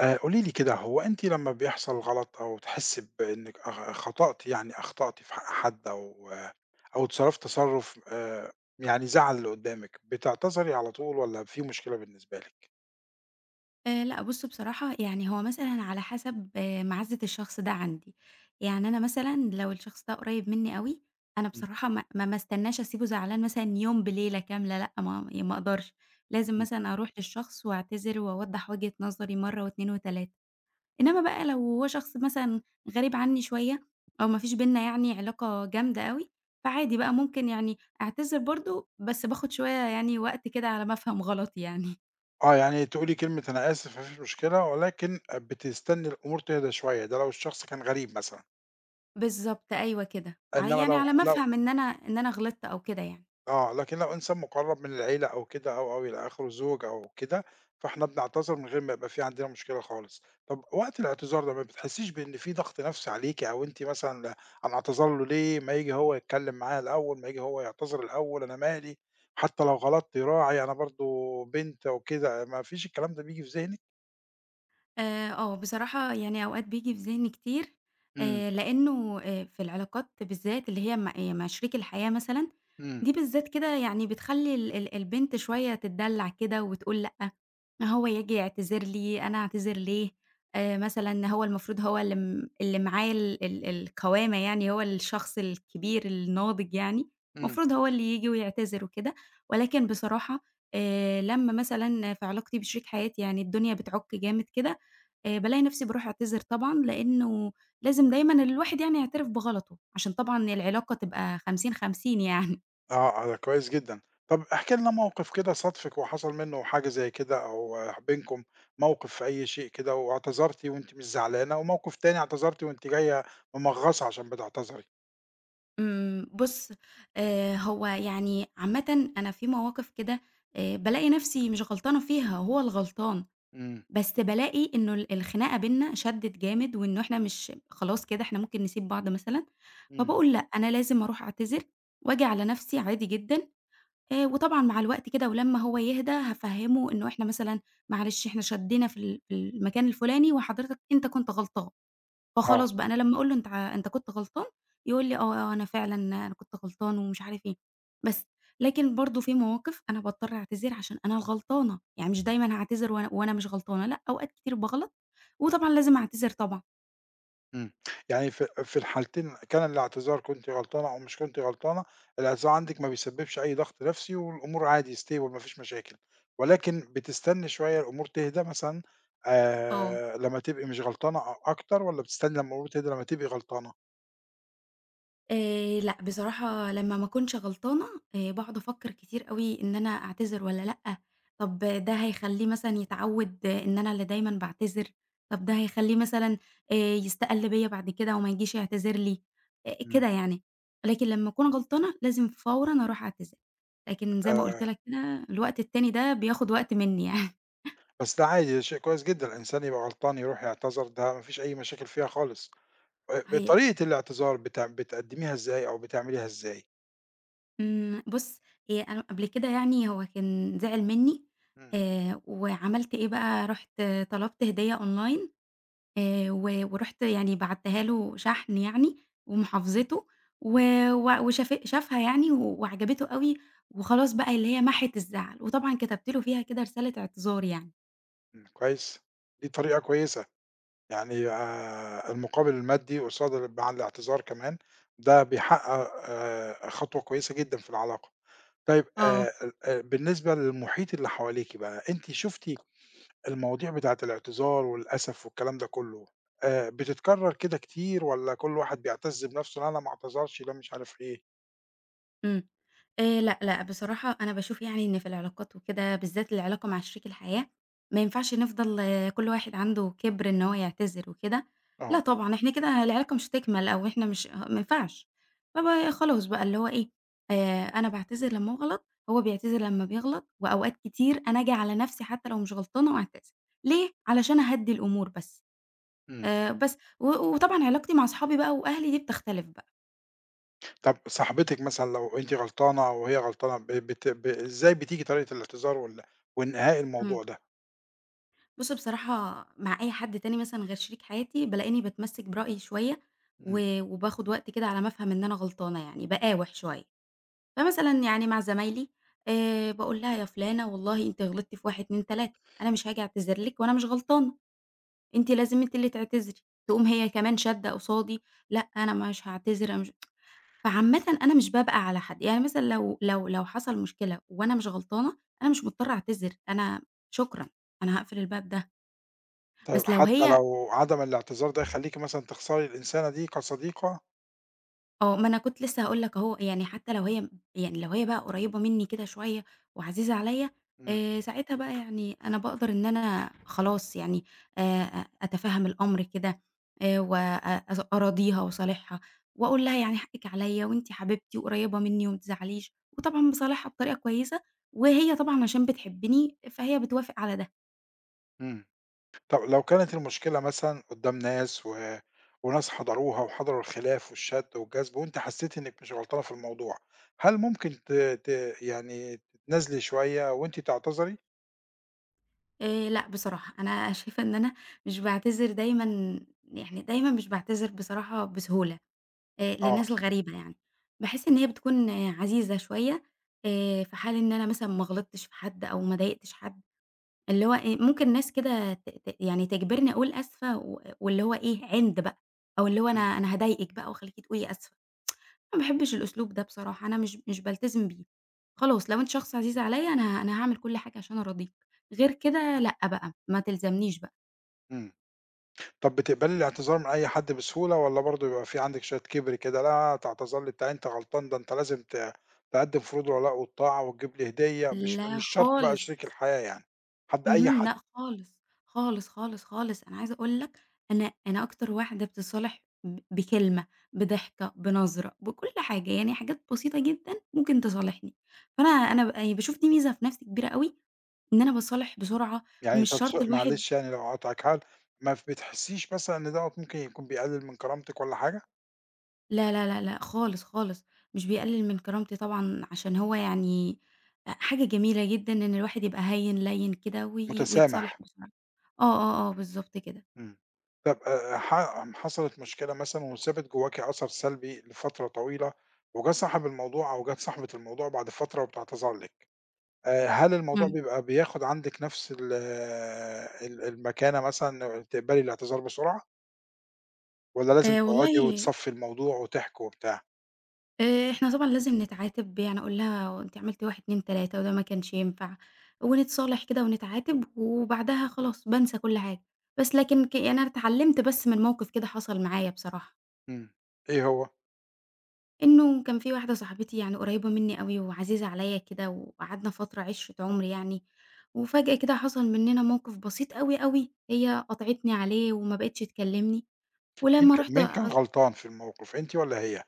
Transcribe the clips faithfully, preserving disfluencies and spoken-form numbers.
آآ قولي لي كده، هو أنتِ لمّا بيحصل غلط أو تحسّي بإنِّك أخ خطأتِ يعني أخطأتِ في حق حد أو أو اتصرّفتِ تصرُّف آآ يعني زعّل اللي قُدّامِك، بتعتذري على طول والّا في مشكلة بالنسبة لِك؟ آآ لأ بُص بصراحة يعني هو مثلًا على حسب آه، مَعزّة الشخص ده عندي، يعني أنا مثلًا لو الشخص ده قريب منّي أوي، أنا إمم. بصراحة ما ما ما استناش أسيبه زعلان مثلًا يوم بليلة كاملة لأ، ما يعني ما أقدرش، لازم إمم. مثلًا أروح للشخص وأعتذر وأوضّح وجهة نظري مرّة و2 و3، إنّما بقى لو هو شخص مثلًا غريب عنّي شوية أو ما فيش بيننا يعني علاقة جامدة أوي، فعادي بقى ممكن يعني أعتذر برضه، بس باخد شوية يعني وقت كده على ما أفهم غلطي يعني. آه، يعني تقولي كلمة أنا آسف ما فيش مشكلة ولكن بتستنّي الأمور تهدى شوية، ده لو الشخص كان غريب مثلًا. بالضبط، أيوه كده، ع إنّما يعني لو ح على ما لو أفهم إن أنا إن أنا غلطت أو كده يعني. آه، لكن لو إنسان مُقرّب من العيلة أو كده أو أو إلى آخره، زوج أو كده، فإحنا بنعتذر من غير ما يبقى في عندنا مشكلة خالص. طَب وقت الاعتذار ده ما بتحسّيش بإن في ضغط نَفْسي عليكِ أو أنتِ مثلًا لا، أنا أعتذر له ليه، ما ييجي هو يتكلّم معايا الأول، ما ييجي هو يعتذر الأول، أنا مالي، حتى لو غلطت راعي أنا برضه بنت وكده، ما فيش الكلام ده بييجي في ذهنِك؟ آآ، آه، بصراحة يعني أوقات بييجي في ذهني كتير، إمم. آآ، لإنه آآ، في العلاقات بالذات اللي هي مع آآ، مع شريك الحياة مثلًا، إمم. دي بالذات كده يعني بتخلّي ال ال البنت شوية تتدلّع كده وتقول لأ. هو ييجي يعتذر لي، أنا أعتذر ليه، آآ مثلًا هو المفروض هو اللي م اللي معاه ال ال القوامة يعني، هو الشخص الكبير الناضج يعني، إمم. المفروض هو اللي ييجي ويعتذر وكده، ولكن بصراحة آآ لمّا مثلًا في علاقتي بشريك حياتي يعني الدنيا بتعُك جامد كده، آآ بالاقي نفسي باروح أعتذر طبعًا، لإنه لازم دايمًا الواحد يعني يعترف بغلطه، عشان طبعًا العلاقة تبقى خمسين، خمسين يعني. آه، آه، ده كويس جدًا. طَب احكِ لنا موقف كده صادفِك وحصل منه حاجة زي كده أو آه، بينكم موقف في أي شيء كده واعتذرتِ وأنتِ مش زعلانة، وموقف تاني اعتذرتِ وأنتِ جاية ممغّصة عشان بتعتذري. إمم، بُص، آآ، هو يعني عامةً أنا في مواقف كده، آآ، بالاقي نفسي مش غلطانة فيها، هو الغلطان، إمم. بس بالاقي إنه ال الخناقة بيننا شدِّت جامد، وإنه إحنا مش خلاص كده إحنا ممكن نسيب بعض مثلًا، إمم. فباقول لأ، أنا لازم أروح أعتذر وآجي على نفسي عادي جدًا، آآ، وطبعًا مع الوقت كده ولمّا هو يهدى هافهّمه إنه إحنا مثلًا معلش إحنا شدّينا في ال في المكان الفلاني وحضرتك أنت كنت غلطان. آه. فخلاص بقى أنا لمّا أقول له أنت ع أنت كنت غلطان، يقول لي آه، آه، أنا فعلًا أنا كنت غلطان ومش عارف إيه، بس لكن برضه في مواقف أنا باضطر أعتذر عشان أنا الغلطانة، يعني مش دايمًا هاعتذر وأنا وأنا مش غلطانة، لأ، أوقات كتير باغلط وطبعًا لازم أعتذر طبعًا. إمم. يعني في في الحالتين كان الاعتذار كنتِ غلطانة أو مش كنتِ غلطانة، الاعتذار عندِك ما بيسبّبش أي ضغط نفسي والأمور عادي stable ما فيش مشاكل، ولكن بتستني شوية الأمور تهدى مثلًا آه. آآ لمّا تبقي مش غلطانة أ أكتر والّا بتستني لمّا الأمور تهدى لمّا تبقي غلطانة؟ آآ لأ، بصراحة لمّا ما أكونش غلطانة آآ باقعد أفكّر كتير أوي إن أنا أعتذر والّا لأ، طب ده هيخلّيه مثلًا يتعوّد آه، إن أنا اللي دايمًا باعتذر، طب ده هيخلّيه مثلًا آآ يستقل بيّا بعد كده وما يجيش يعتذر لي، آآ إمم. كده يعني. لكن لمّا أكون غلطانة لازم فورًا أروح أعتذر، لكن زي ما آآ قُلت لك كده الوقت التاني ده بياخد وقت منّي يعني. بس ده عادي، ده شيء كويس جدًا، الإنسان يبقى غلطان يروح يعتذر ده ما فيش أي مشاكل فيها خالص. آآ صحيح. بطريقة الاعتذار بت بتقدّميها إزاي أو بتعمليها إزاي؟ إمم، بُص، هي أنا قبل كده يعني هو كان زعل منّي، إمم. آآ، وعملت إيه بقى، رُحت طلبت هدية أونلاين، آآ، و ورُحت يعني بعتّها له شحن يعني ومحافظته و و وشاف شافها يعني و- وعجبته أوي، وخلاص بقى اللي هي محِت الزعل، وطبعًا كتبت له فيها كده رسالة اعتذار يعني. إمم، كويس، دي طريقة كويسة. يعني آآ المقابل المادي قصاد ال مع الاعتذار كمان، ده بيحقق آآ خطوة كويسة جدًا في العلاقة. طيب آه، آآ ال آآ بالنسبة للمحيط اللي حواليكِ بقى، أنتِ شُفتِ المواضيع بتاعة الاعتذار والأسف والكلام ده كله، آآ بتتكرر كده كتير والّا كل واحد بيعتز بنفسه، "لا أنا ما اعتذرش، ده مش عارف إيه." إمم. آآ لأ، لأ، بصراحة أنا باشوف يعني إن في العلاقات وكده، بالذات العلاقة مع شريك الحياة، ما ينفعش نفضل كل واحد عنده كِبْر إن هو يعتذر وكده، لأ آه. طبعًا، إحنا كده العلاقة مش هتكمل أو إحنا مش ما ينفعش. فب خلاص بقى اللي هو إيه، آآ أنا باعتذر لمّا أغلط، هو بيعتذر لمّا بيغلط، وأوقات كتير أنا آجي على نَفْسي حتى لو مش غلطانة وأعتذر، ليه؟ علشان أهدّي الأمور بس، إمم. آآ بس. و وطبعًا علاقتي مع صحابي بقى وأهلي دي بتختلف بقى. طب صاحبتِك مثلًا لو أنتِ غلطانة وهي غلطانة ب بت ب إزاي بتيجي طريقة الاعتذار وال وانتهاء إمم. الموضوع ده؟ بُص بصراحة مع أي حد تاني مثلًا غير شريك حياتي، بالاقيني باتمسك برأيي شوية، إمم. و وباخد وقت كده على ما أفهم إن أنا غلطانة يعني، باقاوح شوية. فمثلًا يعني مع زمايلي، آآ، باقول لها يا فلانة والله أنتِ غلطتِ في واحد، اتنين، تلاتة. أنا مش هاجي أعتذر لِك وأنا مش غلطانة، أنتِ لازم أنتِ اللي تعتذري. تقوم هي كمان شادة قصادي، لأ أنا مش هاعتذر، أنا مش فعامةً أنا مش بابقى على حد، يعني مثلًا لو لو لو حصل مشكلة وأنا مش غلطانة، أنا مش مضطرة أعتذر، أنا شكرًا، أنا هاقفل الباب ده. طيب بس لو حتى هي لو عدم الاعتذار ده يخلّيكِ مثلًا تخسري الإنسانة دي كصديقة؟ آه، ما أنا كنت لسه هاقول لك أهو، يعني حتى لو هي يعني لو هي بقى قريّبة منّي كده شوية وعزيزة عليَّ، إمم. آآ ساعتها بقى يعني أنا باقدر إن أنا خلاص يعني آآ أ أتفهّم الأمر كده آآ و أ أز أراضيها وأصالحها وأقول لها يعني حقِّك عليَّ وأنتِ حبيبتي وقريّبة منّي وما تزعليش، وطبعًا باصالحها بطريقة كويسة، وهي طبعًا عشان بتحبّني فهي بتوافق على ده. إمم. طب لو كانت المشكلة مثلًا قدّام ناس و وناس حضروها وحضروا الخلاف والشَد والجذب وأنتِ حسّيتِ إنِّك مش غلطانة في الموضوع، هل ممكن ت ت يعني تتنازلي شوية وأنتِ تعتذري؟ آآ لأ بصراحة أنا شايفة إن أنا مش باعتذر دايمًا يعني دايمًا مش باعتذر بصراحة بسهولة. آآ آه. للناس الغريبة يعني، باحس إمم. إن هي بتكون عزيزة شوية، آآ في حال إن أنا مثلًا ما غلطتش في حد أو ما ضايقتش حد، اللي هو إيه ممكن ناس كده ت ت يعني تجبرني أقول آسفة و واللي هو إيه عِند بقى، أو اللي هو أنا إمم. أنا هاضايقِك بقى وأخليكِ تقولي آسفة، ما باحبش الأسلوب ده بصراحة، أنا مش مش بالتزم بيه، خلاص لو أنت شخص عزيز عليَّ أنا أنا هاعمل كل حاجة عشان أراضيك، غير كده لأ بقى، ما تلزمنيش بقى، إمم. طب بتقبلي الاعتذار من أي حد بسهولة والّا برضه بيبقى في عندِك شوية كِبْر كده، لا تعتذر لي بتاع أنت غلطان، ده أنت لازم ت تقدّم فروض الولاء والطاعة وتجيب لي هدية، مش لا مش شرط بقى خالص. شريك الحياة يعني، حد أي اهم، حد، لأ خالص، خالص، خالص، خالص، أنا عايزة أقول لك أنا أنا أكتر واحدة بتتصالح ب بكلمة، بضحكة، بنظرة، بكل حاجة، يعني حاجات بسيطة جدًا ممكن تصالحني، فأنا أنا ب يعني باشوف دي ميزة في نفسي كبيرة أوي، إن أنا باتصالح بسرعة يعني ومش طب س شرط الواحد معلش يعني لو هاقاطعِك هل ما بتحسيش مثلًا إن دوّة ممكن يكون بيقلل من كرامتِك والّا حاجة؟ لا، لا، لا، لأ، خالص، خالص، مش بيقلل من كرامتي طبعًا عشان هو يعني أ حاجة جميلة جدًا إن الواحد يبقى هيّن ليّن كده وي ويتصالح متسامح. بسرعة. آه، آه، آه، بالضبط كده. إمم. طب آآ ح حصلت مشكلة مثلًا وسابت جواكِ أثر سلبي لفترة طويلة، وجات صاحب الموضوع أو جات صاحبة الموضوع بعد فترة وبتعتذر لِك. آآ هل الموضوع إمم. بيبقى بياخد عندِك نفس ال آه، ال المكانة مثلًا تقبلي الاعتذار بسرعة، والّا لازم آآ تقعدي والله، وتصفّي الموضوع وتحكوا وبتاع؟ آآ، إحنا طبعًا لازم نتعاتب، يعني أقول لها أنتِ عملتِ واحد، اتنين، تلاتة وده ما كانش ينفع، ونتصالح كده ونتعاتب، وبعدها خلاص بانسى كل حاجة. بس لكن ك يعني أنا اتعلمت بس من موقف كده حصل معايا بصراحة، إمم. إيه هو؟ إنه كان في واحدة صاحبتي يعني قريبة مني أوي وعزيزة عليَّ كده، وقعدنا فترة عِشرة عُمر يعني، وفجأة كده حصل مننا موقف بسيط أوي، أوي، هي قاطعتني عليه وما بقتش تكلمني، مين ولمّا ك رُحت مين كان غلطان في الموقف أنتِ والّا هي؟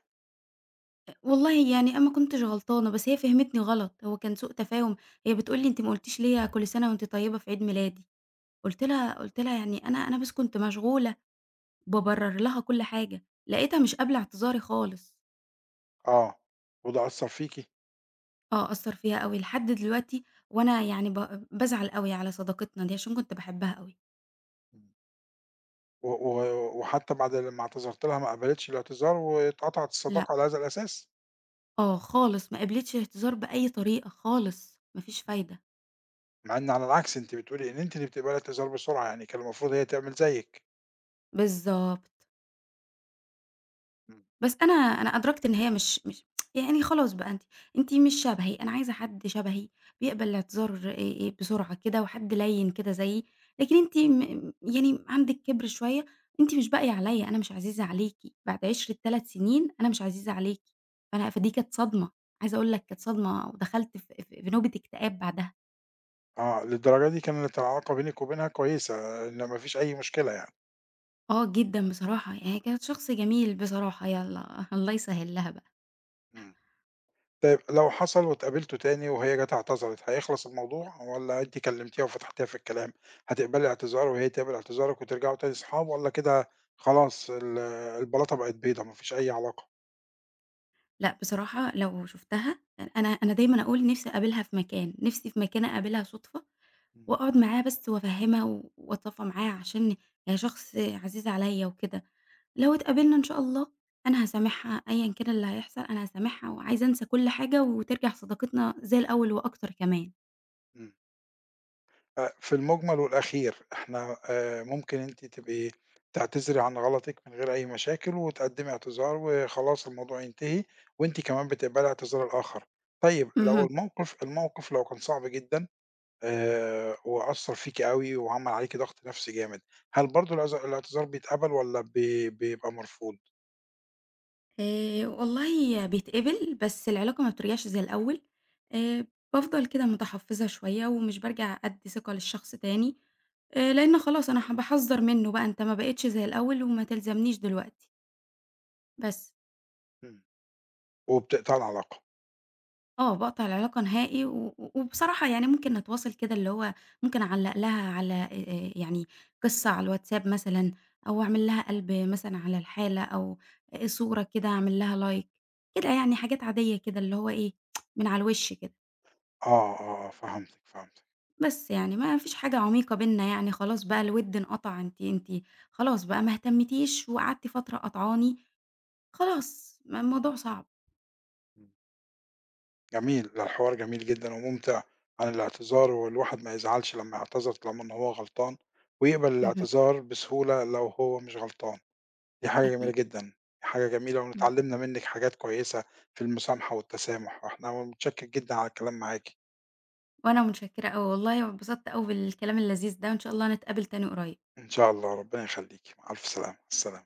والله يعني أنا ما كنتش غلطانة، بس هي فهمتني غلط، هو كان سوء تفاهم، هي بتقول لي: "أنتِ ما قُلتيش ليّا كل سنة وأنتِ طيبة في عيد ميلادي." قُلت لها قُلت لها: "يعني أنا أنا بس كنت مشغولة." بابرر لها كل حاجة، لقيتها مش قابلة اعتذاري خالص. آه، وده أثّر فيكِ. آه، أثّر فيّا أوي لحد دلوقتي، وأنا يعني ب بازعل أوي على صداقتنا دي عشان كنت باحبها أوي. إمم. و و وحتى بعد لمّا اعتذرتِ لها ما قبلتش الاعتذار واتقطعت لأ، الصداقة على هذا الأساس. آه، خالص ما قبلتش اعتذار بأي طريقة خالص، ما فيش إمم. فايدة. مع إن على العكس أنتِ بتقولي إن أنتِ اللي بتقبلي الاعتذار بسرعة يعني كان المفروض هي تعمل زيِّك. بالضبط. بس أنا أنا أدركت إن هي مش مش يعني خلاص بقى أنتِ أنتِ مش شبهي، أنا عايزة حد شبهي بيقبل الاعتذار آآ بسرعة كده وحد لَيِّن كده زيي، لكن أنتِ م يعني عندِك كِبْر شوية، أنتِ مش باقية عليّا، أنا مش عزيزة عليكِ، بعد عِشرة تلات سنين أنا مش عزيزة عليكِ، فأنا فدي كانت صدمة، عايزة أقول لك كانت صدمة ودخلت في في في نوبة اكتئاب بعدها. آه، للدرجة دي كانت العلاقة بينِك وبينها كويسة، إن ما فيش أي مشكلة يعني. آه جدًا بصراحة، يعني كانت شخص جميل بصراحة، يالّا الله يسهّل لها بقى. إمم. طيب لو حصل واتقابلتوا تاني وهي جات اعتذرت، هيخلص الموضوع والّا أنتِ كلمتيها وفتحتيها في الكلام؟ هتقبلي اعتذارها وهي تقبل اعتذارك وترجعوا تاني صحاب والّا كده خلاص ال البلاطة بقت بيضا ما فيش أي علاقة؟ لأ، بصراحة لو شُفتها يعني أنا أنا دايمًا أقول نِفْسي أقابلها في مكان، نِفْسي في مكان أقابلها صُدفة إمم. وأقعد معاها بس وأفهّمها وأتصافى معاها عشان هي شخص عزيز عليّا وكده، لو اتقابلنا إن شاء الله أنا هاسامحها أيًا كان اللي هيحصل أنا هاسامحها وعايزة أنسى كل حاجة وترجع صداقتنا زي الأول وأكتر كمان. إمم. أ في المُجمل والأخير إحنا آآ ممكن أنتِ تبقي تعتذري عن غلطِك من غير أي مشاكل وتقدّمي اعتذار وخلاص الموضوع ينتهي وأنتِ كمان بتقبلي اعتذار الآخر. طيب لو اهم. الموقف الموقف لو كان صعب جدًا آآ وأثّر فيكِ أوي وعمل عليكِ ضغط نَفْسي جامد، هل برضه الاعذ الاعتذار بيتقبل والّا بي بيبقى مرفوض؟ آآ والله بيتقبل، بس العلاقة ما بترجعش زي الأول، آآ بافضل كده متحفّظة شوية ومش بارجع أدّي ثقة للشخص تاني، آآ لإن خلاص أنا ح باحذّر منّه بقى أنت ما بقيتش زي الأول وما تلزمنيش دلوقتي، بس. إمم. وبتقطعي العلاقة. آه، باقطع العلاقة نهائي، و و وبصراحة يعني ممكن نتواصل كده اللي هو ممكن أعلّق لها على آآ يعني قصة على الواتساب مثلًا، أو أعمل لها قلب مثلًا على الحالة، أو آآ صورة كده أعمل لها like كده يعني حاجات عادية كده اللي هو إيه، من على الوِش كده، آه، آه، آه، فهمتِك، فهمتِك. بس يعني ما فيش حاجة عميقة بيننا يعني خلاص بقى الوِد انقطع، أنتِ أنتِ خلاص بقى ما اهتمتيش وقعدتِ فترة قاطعاني، خلاص ما الموضوع صعب. إمم. جميل، ده الحوار جميل جدًا وممتع عن الاعتذار، والواحد ما يزعلش لمّا يعتذر طالما إن هو غلطان، ويقبل اهم، الاعتذار بسهولة لو هو مش غلطان، دي حاجة جميلة أكيد. جدًا، دي حاجة جميلة وإن إمم. اتعلمنا منِك حاجات كويسة في المسامحة والتسامح، وإحنا متشكر جدًا على الكلام معاكِ، وأنا متشكرة أوي والله، وانبسطت أوي بالكلام اللذيذ ده، وإن شاء الله نتقابل تاني قريب. إن شاء الله ربنا يخليكِ، مع ألف سلامة، السلام.